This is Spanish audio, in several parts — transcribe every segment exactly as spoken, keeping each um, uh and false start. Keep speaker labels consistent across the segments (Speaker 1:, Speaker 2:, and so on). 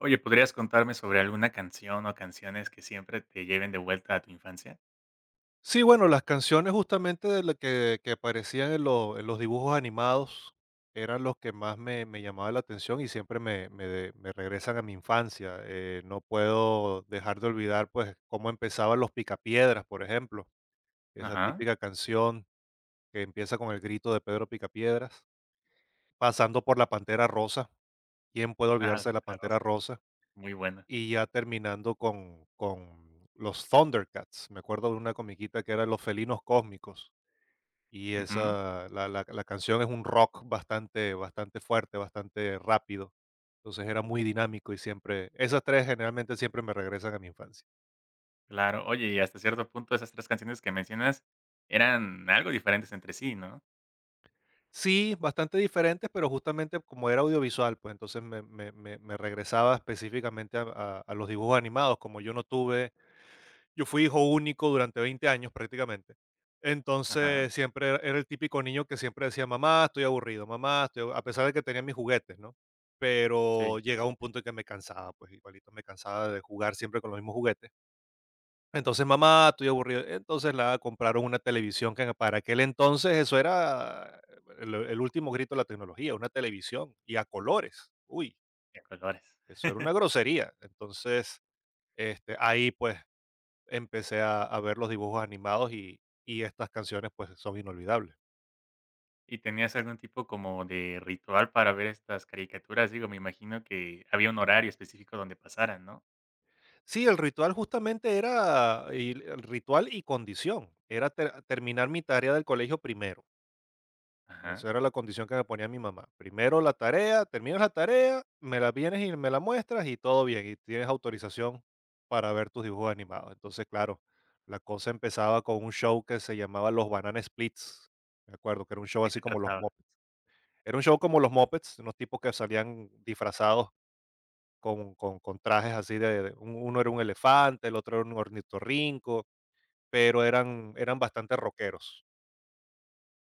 Speaker 1: Oye, ¿podrías contarme sobre alguna canción o canciones que siempre te lleven de vuelta a tu infancia?
Speaker 2: Sí, bueno, las canciones justamente de la que, que aparecían en, lo- en los dibujos animados eran los que más me, me llamaban la atención y siempre me, me de- me regresan a mi infancia. Eh, no puedo dejar de olvidar pues cómo empezaban los Picapiedras, por ejemplo, esa
Speaker 1: Ajá.
Speaker 2: típica canción que empieza con el grito de Pedro Picapiedras, pasando por la Pantera Rosa. ¿Quién puede
Speaker 1: Ah,
Speaker 2: olvidarse de la
Speaker 1: claro,
Speaker 2: Pantera
Speaker 1: es
Speaker 2: Rosa?
Speaker 1: muy buena.
Speaker 2: Y ya terminando con, con los Thundercats. Me acuerdo de una comiquita que era Los Felinos Cósmicos. Y
Speaker 1: Ujú,
Speaker 2: esa, la la la canción es un rock bastante bastante fuerte, bastante rápido. Entonces era muy dinámico y siempre esas tres generalmente siempre me regresan a mi infancia.
Speaker 1: claro. Oye, y hasta cierto punto esas tres canciones que mencionas eran algo diferentes entre sí, ¿no?
Speaker 2: Sí, bastante diferentes, pero justamente como era audiovisual, pues entonces me me me me regresaba específicamente a a a los dibujos animados, como yo no tuve. Yo fui hijo único durante veinte años prácticamente.
Speaker 1: Ajá,
Speaker 2: Entonces, siempre era era el típico niño que siempre decía: "Mamá, estoy aburrido, mamá, estoy abu", a pesar de que tenía mis juguetes, ¿no?
Speaker 1: sí,
Speaker 2: Pero llegaba un punto en que me cansaba, pues, igualito me cansaba de jugar siempre con los mismos juguetes. Entonces: "Mamá, estoy aburrido". Entonces, la compraron una televisión que para aquel entonces eso era el el último grito de la tecnología, una televisión y a colores. Uy,
Speaker 1: de colores.
Speaker 2: eso era una grosería. Entonces, este, ahí, pues, empecé a, a ver los dibujos animados y, y estas canciones pues son inolvidables.
Speaker 1: ¿Y tenías algún tipo como de ritual para ver estas caricaturas? Digo, me imagino que había un horario específico donde pasaran, ¿no?
Speaker 2: Sí, el ritual justamente era y l- el ritual y condición, era ter- terminar mi tarea del colegio primero.
Speaker 1: Ajá.
Speaker 2: Esa era la condición que me ponía mi mamá. Primero la tarea, terminas la tarea, me la vienes y me la muestras y todo bien, y tienes autorización para ver tus dibujos animados. Entonces, claro, la cosa empezaba con un show que se llamaba Los Banana Splits, me acuerdo, que era un show
Speaker 1: ¿De
Speaker 2: así
Speaker 1: qué
Speaker 2: como los
Speaker 1: trataba?
Speaker 2: Muppets. Era un show como los Muppets, unos tipos que salían disfrazados con con con trajes así de de un uno era un elefante, el otro era un ornitorrinco, pero eran eran bastante rockeros,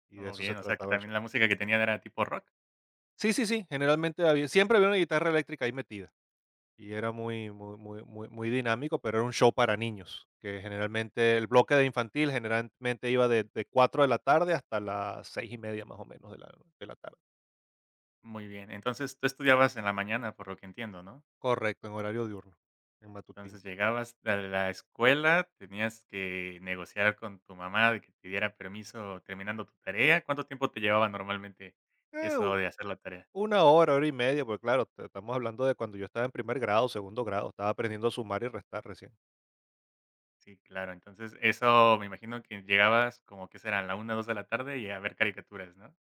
Speaker 2: y de
Speaker 1: Oh,
Speaker 2: eso se
Speaker 1: bien, o sea, que
Speaker 2: trataba el show.
Speaker 1: también la música que tenían era tipo rock.
Speaker 2: Sí, sí, sí, generalmente había siempre había una guitarra eléctrica ahí metida, y era muy muy muy muy muy dinámico, pero era un show para niños, que generalmente el bloque de infantil generalmente iba de de cuatro de la tarde hasta las seis y media más o menos de la de la tarde.
Speaker 1: Muy bien. Entonces, tú estudiabas en la mañana, por lo que entiendo, ¿no?
Speaker 2: Correcto, en horario diurno, en matutino.
Speaker 1: Entonces, llegabas a la escuela, tenías que negociar con tu mamá de que te diera permiso terminando tu tarea. ¿Cuánto tiempo te llevaba normalmente
Speaker 2: Eh,
Speaker 1: eso de hacer la tarea?
Speaker 2: Una hora, hora y media, porque claro, te- estamos hablando de cuando yo estaba en primer grado, segundo grado, estaba aprendiendo a sumar y restar recién.
Speaker 1: Sí, claro. Entonces, eso me imagino que llegabas como que serán la una, dos de la tarde y a ver caricaturas, ¿no?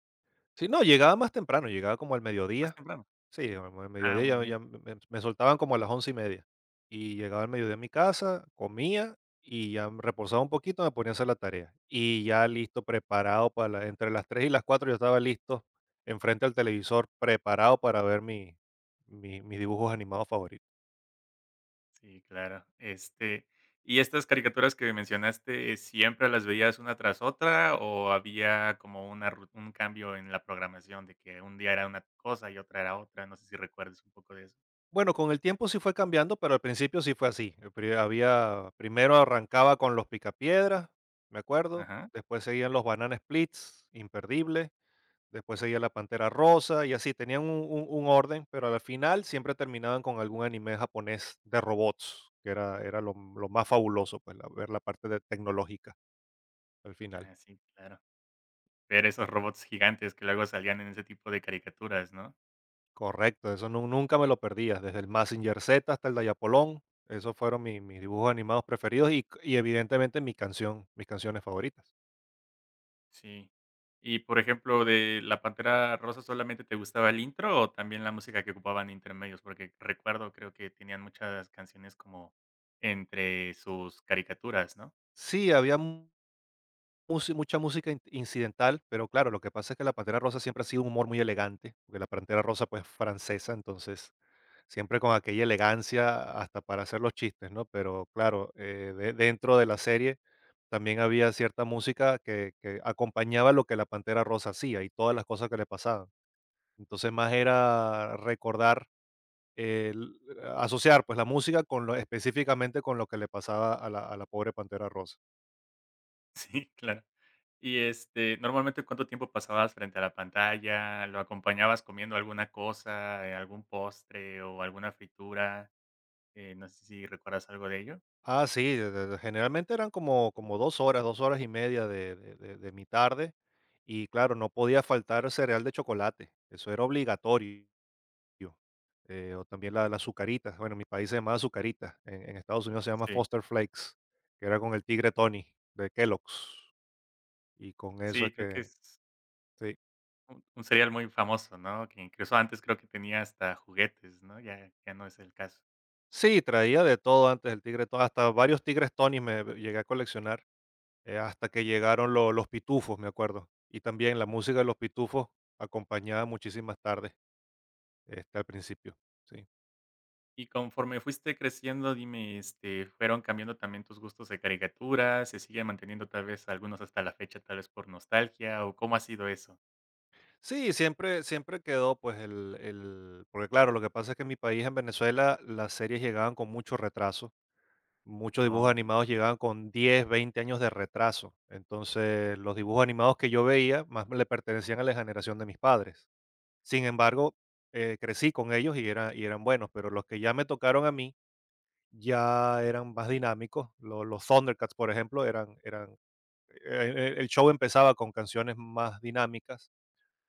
Speaker 2: Si no, llegaba más temprano, llegaba como al
Speaker 1: Más
Speaker 2: mediodía.
Speaker 1: temprano.
Speaker 2: Sí, como al
Speaker 1: Ah,
Speaker 2: mediodía
Speaker 1: muy
Speaker 2: ya, ya
Speaker 1: bien.
Speaker 2: me, me soltaban como a las once y media. Y llegaba al mediodía a mi casa, comía y ya me reposaba un poquito, me ponía a hacer la tarea. Y ya listo, preparado para la- entre las tres y las cuatro yo estaba listo, enfrente al televisor, preparado para ver mi, mi- mis dibujos animados favoritos.
Speaker 1: Sí, claro. Este, ¿y estas caricaturas que mencionaste eh, siempre las veías una tras otra o había como una ru- un cambio en la programación de que un día era una cosa y otra era otra? No sé si recuerdes un poco de eso.
Speaker 2: Bueno, con el tiempo sí fue cambiando, pero al principio sí fue así. eh, pri- Había, primero arrancaba con los Picapiedras, me acuerdo,
Speaker 1: Ajá.
Speaker 2: después seguían los Banana Splits, imperdible, después seguía la Pantera Rosa y así, tenían un, un- un orden, pero al final siempre terminaban con algún anime japonés de robots, que era, era lo, lo más fabuloso, pues la- ver la parte de tecnológica al final.
Speaker 1: Ah, sí, claro. Ver esos robots gigantes que luego salían en ese tipo de caricaturas, ¿no?
Speaker 2: Correcto, eso nu nunca me lo perdía, desde el Mazinger Z hasta el Dayapolón, esos fueron mi mis dibujos animados preferidos y y evidentemente mi canción, mis canciones favoritas.
Speaker 1: Sí. Y, por ejemplo, de La Pantera Rosa, ¿solamente te gustaba el intro o también la música que ocupaban intermedios? Porque recuerdo, creo que tenían muchas canciones como entre sus caricaturas, ¿no?
Speaker 2: Sí, había mu- musi mucha música in incidental, pero claro, lo que pasa es que La Pantera Rosa siempre ha sido un humor muy elegante, porque La Pantera Rosa, pues, es francesa, entonces, siempre con aquella elegancia hasta para hacer los chistes, ¿no? Pero claro, eh, de dentro de la serie también había cierta música que que acompañaba lo que La Pantera Rosa hacía y todas las cosas que le pasaban. Entonces, más era recordar, el asociar, pues, la música con lo específicamente con lo que le pasaba a la a la pobre Pantera Rosa.
Speaker 1: Sí, claro. Y, este, normalmente, ¿cuánto tiempo pasabas frente a la pantalla? ¿Lo acompañabas comiendo alguna cosa, eh, algún postre o alguna fritura? Eh, no sé si recuerdas algo de ello.
Speaker 2: Ah, sí, de de de- generalmente eran como como dos horas, dos horas y media de de de de mi tarde, y claro, no podía faltar cereal de chocolate, eso era obligatorio, eh, o también la las Zucaritas, bueno, en mi país se llamaba Zucaritas, en en Estados Unidos se llama
Speaker 1: Sí,
Speaker 2: Foster Flakes, que era con el tigre Tony de Kellogg's, y con eso es
Speaker 1: sí, creo que
Speaker 2: que
Speaker 1: es
Speaker 2: sí.
Speaker 1: Un un cereal muy famoso, ¿no? Que incluso antes creo que tenía hasta juguetes, ¿no? Ya ya no es el caso.
Speaker 2: Sí, traía de todo antes el tigre, to- hasta varios tigres Tonys me llegué a coleccionar, eh, hasta que llegaron lo- los Pitufos, me acuerdo. Y también la música de los Pitufos acompañaba muchísimas tardes, este, al principio. Sí,
Speaker 1: Y conforme fuiste creciendo, dime, este, ¿fueron cambiando también tus gustos de caricaturas? ¿Se sigue manteniendo tal vez algunos hasta la fecha, tal vez por nostalgia? ¿O cómo ha sido eso?
Speaker 2: sí siempre, siempre quedó pues el, el... porque claro, lo que pasa es que en mi país, en Venezuela, las series llegaban con mucho retraso. Muchos dibujos
Speaker 1: No,
Speaker 2: animados llegaban con diez, veinte años de retraso. Entonces, los dibujos animados que yo veía más le pertenecían a la generación de mis padres. Sin embargo, eh, crecí con ellos y, era- y eran buenos, pero los que ya me tocaron a mí ya eran más dinámicos. Lo- Los, Thundercats, por ejemplo, eran, eran eh, eh, el show empezaba con canciones más dinámicas.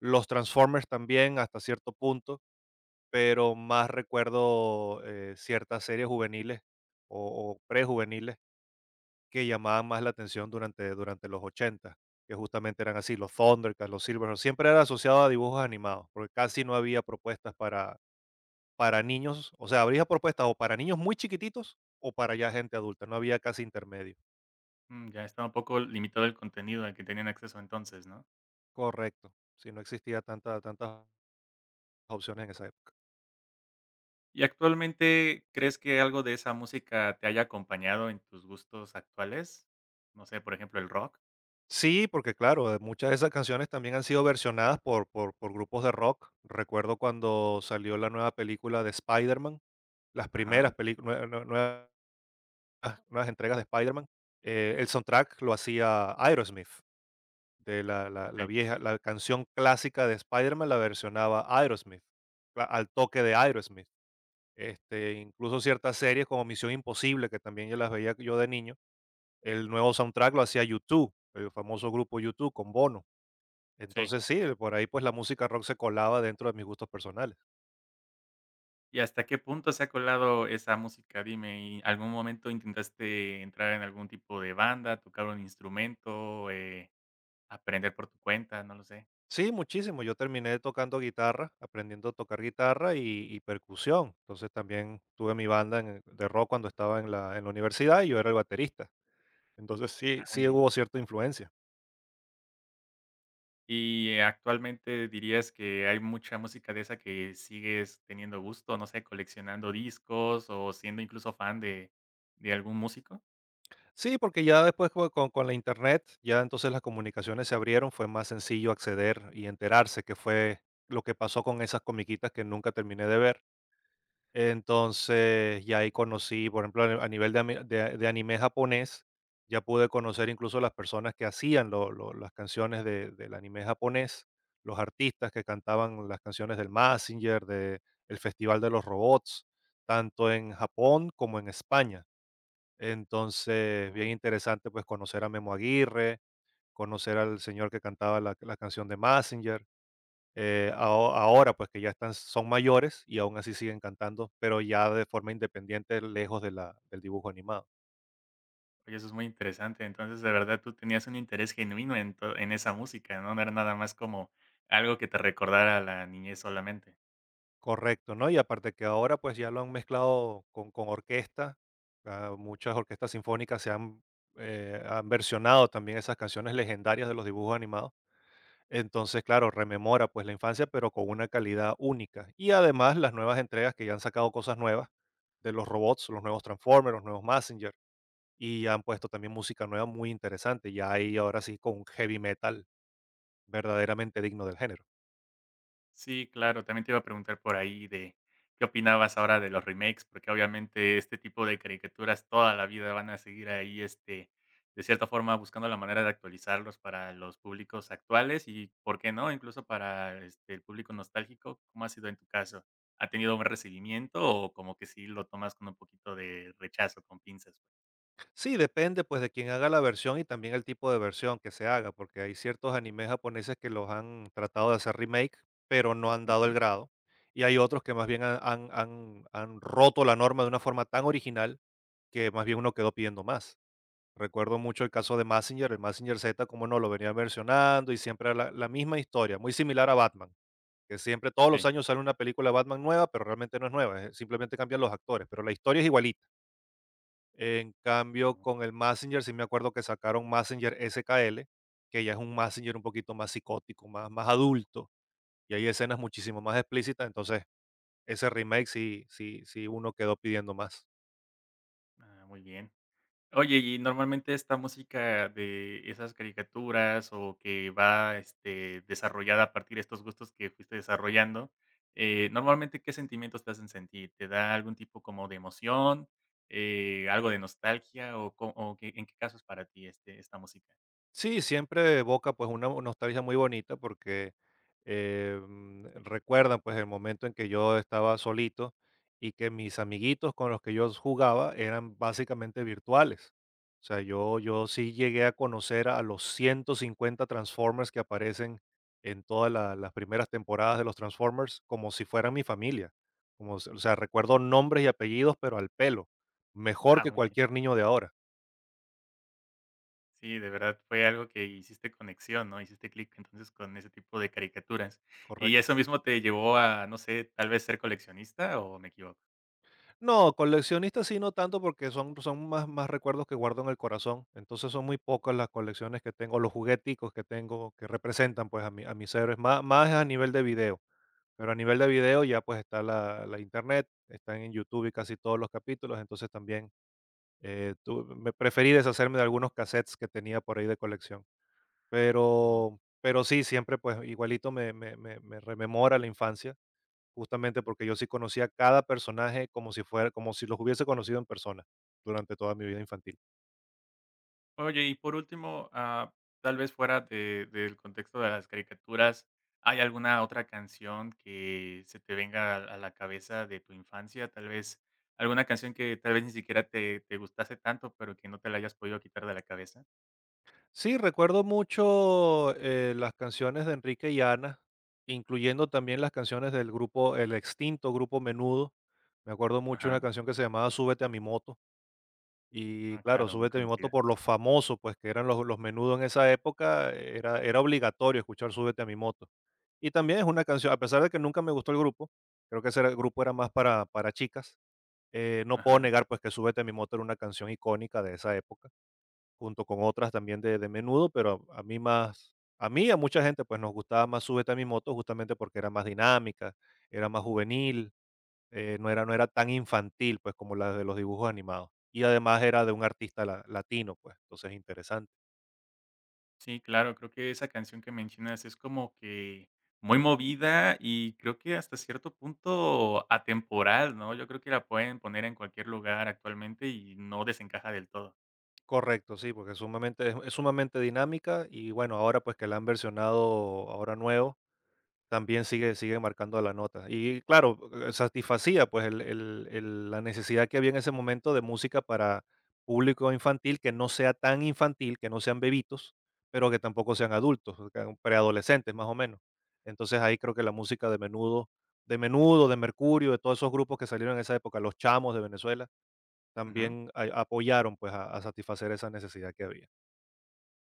Speaker 2: Los Transformers también hasta cierto punto, pero más recuerdo eh, ciertas series juveniles o, o prejuveniles que llamaban más la atención durante, durante los ochenta, que justamente eran así, los Thundercats, los Silver, siempre era asociado a dibujos animados, porque casi no había propuestas para Para niños, o sea, habría propuestas o para niños muy chiquititos o para ya gente adulta, no había casi intermedio.
Speaker 1: mm, ya estaba un poco limitado el contenido al que tenían acceso entonces, ¿no?
Speaker 2: Correcto, sí, no existía tanta tantas opciones en esa época.
Speaker 1: ¿Y actualmente crees que algo de esa música te haya acompañado en tus gustos actuales? No sé, por ejemplo, el rock.
Speaker 2: Sí, porque claro, eh, muchas de esas canciones también han sido versionadas por por por grupos de rock. Recuerdo cuando salió la nueva película de Spider-Man, las primeras
Speaker 1: Ajá.
Speaker 2: películas, nuevas nuevas entregas de Spider-Man, eh, el soundtrack lo hacía Aerosmith. De la la la
Speaker 1: Sí,
Speaker 2: vieja la canción clásica de Spider-Man la versionaba Aerosmith, a al toque de Aerosmith. Este, incluso ciertas series como Misión Imposible, que también yo las veía yo de niño, el nuevo soundtrack lo hacía YouTube el famoso grupo YouTube con Bono.
Speaker 1: sí.
Speaker 2: Entonces sí, por ahí, pues, la música rock se colaba dentro de mis gustos personales.
Speaker 1: ¿Y hasta qué punto se ha colado esa música? Dime, ¿y algún momento intentaste entrar en algún tipo de banda, tocar un instrumento, eh, aprender por tu cuenta? No lo sé.
Speaker 2: Sí, muchísimo. Yo terminé tocando guitarra, aprendiendo a tocar guitarra y y percusión. Entonces, también tuve mi banda en de rock cuando estaba en la en la universidad y yo era el baterista. Entonces sí,
Speaker 1: Ah, muy
Speaker 2: sí
Speaker 1: bien.
Speaker 2: hubo cierta influencia.
Speaker 1: ¿Y eh, actualmente dirías que hay mucha música de esa que sigues teniendo gusto, no sé, coleccionando discos o siendo incluso fan de, de algún músico?
Speaker 2: Sí, porque ya después co- con, con la internet, ya entonces las comunicaciones se abrieron, fue más sencillo acceder y enterarse que fue lo que pasó con esas comiquitas que nunca terminé de ver. Entonces ya ahí conocí, por ejemplo, a a nivel de, ami- de- de anime japonés, ya pude conocer incluso las personas que hacían lo- lo- las canciones de- del anime japonés, los artistas que cantaban las canciones del Mazinger, de el Festival de los Robots, tanto en Japón como en España. Entonces, bien
Speaker 1: Oh,
Speaker 2: interesante, pues, conocer a Memo Aguirre, conocer al señor que cantaba la la canción de Mazinger, eh, aho ahora, pues, que ya están son mayores y aún así siguen cantando, pero ya de forma independiente, lejos de la del dibujo animado.
Speaker 1: oye, eso es muy interesante. Entonces, de verdad, tú tenías un interés genuino en, to- en esa música, ¿no? No era nada más como algo que te recordara a la niñez solamente.
Speaker 2: Correcto, ¿no? Y aparte que ahora, pues, ya lo han mezclado con con orquesta, ah, muchas orquestas sinfónicas se han, eh, han versionado también esas canciones legendarias de los dibujos animados. Entonces, claro, rememora pues la infancia, pero con una calidad única. Y además las nuevas entregas que ya han sacado cosas nuevas de los robots, los nuevos Transformers, los nuevos Messenger, y han puesto también música nueva muy interesante. Ya hay ahora sí con heavy metal verdaderamente digno del género.
Speaker 1: Sí, claro, también te iba a preguntar por ahí de qué opinabas ahora de los remakes, porque obviamente este tipo de caricaturas toda la vida van a seguir ahí, este, de cierta forma buscando la manera de actualizarlos para los públicos actuales y, ¿por qué no? Incluso para este, el público nostálgico, ¿cómo ha sido en tu caso? ¿Ha tenido un recibimiento o como que sí lo tomas con un poquito de rechazo, con pinzas?
Speaker 2: Sí, depende pues de quién haga la versión y también el tipo de versión que se haga, porque hay ciertos animes japoneses que los han tratado de hacer remake, pero no han dado el
Speaker 1: Ujú,
Speaker 2: grado. Y hay otros que más bien han, han han- han roto la norma de una forma tan original que más bien uno quedó pidiendo más. Recuerdo mucho el caso de Massinger el Massinger Z, como no lo venía versionando y siempre era la, la misma historia, muy similar a Batman, que siempre todos los
Speaker 1: sí.
Speaker 2: años sale una película de Batman nueva, pero realmente no es nueva, eh, simplemente cambian los actores, pero la historia es igualita. En cambio, con el Massinger sí me acuerdo que sacaron Mazinger S K L, que ya es un Massinger un poquito más psicótico, más, más adulto, y hay escenas muchísimo más explícitas, entonces ese remake sí, sí, sí uno quedó pidiendo más.
Speaker 1: Ah, muy bien. Oye, y normalmente esta música de esas caricaturas o que va, este, desarrollada a partir de estos gustos que fuiste desarrollando, eh, normalmente, ¿qué sentimientos te hacen sentir? ¿Te da algún tipo como de emoción, eh, algo de nostalgia o co o qué en qué casos para ti, este, esta música?
Speaker 2: Sí, siempre evoca, pues, una nostalgia muy bonita porque, em, recuerdan, pues, el momento en que yo estaba solito y que mis amiguitos con los que yo jugaba eran básicamente virtuales. O sea, yo yo sí llegué a conocer a los ciento cincuenta Transformers que aparecen en todas la las primeras temporadas de los Transformers como si fueran mi familia. Como s O sea, recuerdo nombres y apellidos, pero al pelo, mejor
Speaker 1: Ah,
Speaker 2: que
Speaker 1: muy bien.
Speaker 2: cualquier niño de ahora,
Speaker 1: Sí, de verdad fue algo que hiciste conexión, ¿no? Hiciste clic entonces con ese tipo de caricaturas. ¿Y
Speaker 2: correcto.
Speaker 1: eso mismo te llevó a, no sé, tal vez ser coleccionista o me equivoco?
Speaker 2: No, coleccionistas sí, no tanto porque son, son más, más recuerdos que guardo en el corazón. Entonces son muy pocas las colecciones que tengo, los jugueticos que tengo que representan pues a, mi, a mis héroes, más, más a nivel de video. Pero a nivel de video ya pues está la, la internet, están en YouTube y casi todos los capítulos. Entonces también eh, tu- me preferí deshacerme de algunos cassettes que tenía por ahí de colección.
Speaker 1: No.
Speaker 2: Pero, pero sí, siempre pues igualito me, me, me me rememora la infancia justamente porque yo sí conocía cada personaje como si fuera como si los hubiese conocido en persona durante toda mi vida infantil.
Speaker 1: Oye, y por último, ah, tal vez fuera de del contexto de las caricaturas, ¿hay alguna otra canción que se te venga a a la cabeza de tu infancia? Tal vez, alguna canción que tal vez ni siquiera te te gustase tanto, pero que no te la hayas podido quitar de la cabeza.
Speaker 2: Sí, recuerdo mucho, eh, las canciones de Enrique y Ana, incluyendo también las canciones del grupo el extinto grupo Menudo. Me acuerdo mucho
Speaker 1: Ajá.
Speaker 2: una canción que se llamaba Súbete a mi moto, y
Speaker 1: Ah,
Speaker 2: claro,
Speaker 1: claro, muy
Speaker 2: Súbete a mi moto
Speaker 1: conocida.
Speaker 2: por lo famoso, pues, que eran los los Menudo en esa época, era era obligatorio escuchar Súbete a mi moto. Y también es una canción a pesar de que nunca me gustó el grupo, creo que ese era grupo era más para para chicas. Eh, no puedo
Speaker 1: Ajá.
Speaker 2: negar, pues, que Súbete a mi moto era una canción icónica de esa época, junto con otras también de de Menudo, pero a a mí más a mí y a mucha gente, pues, nos gustaba más Súbete a mi moto, justamente porque era más dinámica, era más juvenil, eh, no era no era tan infantil, pues, como la de los dibujos animados. Y además era de un artista la latino, pues, entonces interesante.
Speaker 1: Sí, claro, creo que esa canción que mencionas es como que muy movida y creo que hasta cierto punto atemporal, ¿no? Yo creo que la pueden poner en cualquier lugar actualmente y no desencaja del todo.
Speaker 2: Correcto, sí, porque es sumamente es es sumamente dinámica y bueno, ahora, pues, que la han versionado ahora nuevo también sigue sigue marcando la nota. Y claro, eh, satisfacía, pues, el el el la necesidad que había en ese momento de música para público infantil, que no sea tan infantil, que no sean bebitos, pero que tampoco sean adultos, o sea, preadolescentes, más o menos. Entonces, ahí creo que la música de Menudo de Menudo, de Mercurio, de todos esos grupos que salieron en esa época, Los Chamos de Venezuela,
Speaker 1: Ujú.
Speaker 2: también a apoyaron, pues, a a satisfacer esa necesidad que había.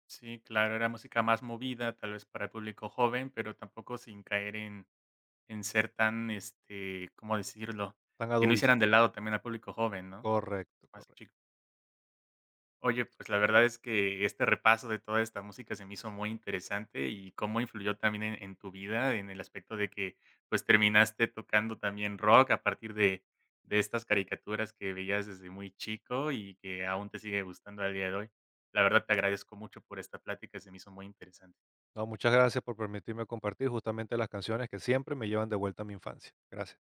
Speaker 1: Sí, claro, era música más movida, tal vez para el público joven, pero tampoco sin caer en, en ser tan, este, ¿cómo decirlo?
Speaker 2: Tan
Speaker 1: Que no
Speaker 2: adulto,
Speaker 1: hicieran de lado también al público joven, ¿no?
Speaker 2: correcto,
Speaker 1: Más.
Speaker 2: correcto.
Speaker 1: Oye, pues la verdad es que este repaso de toda esta música se me hizo muy interesante y cómo influyó también en, en tu vida, en el aspecto de que pues terminaste tocando también rock a partir de, de estas caricaturas que veías desde muy chico y que aún te sigue gustando al día de hoy. La verdad te agradezco mucho por esta plática, se me hizo muy interesante.
Speaker 2: No, muchas gracias por permitirme compartir justamente las canciones que siempre me llevan de vuelta a mi infancia. Gracias.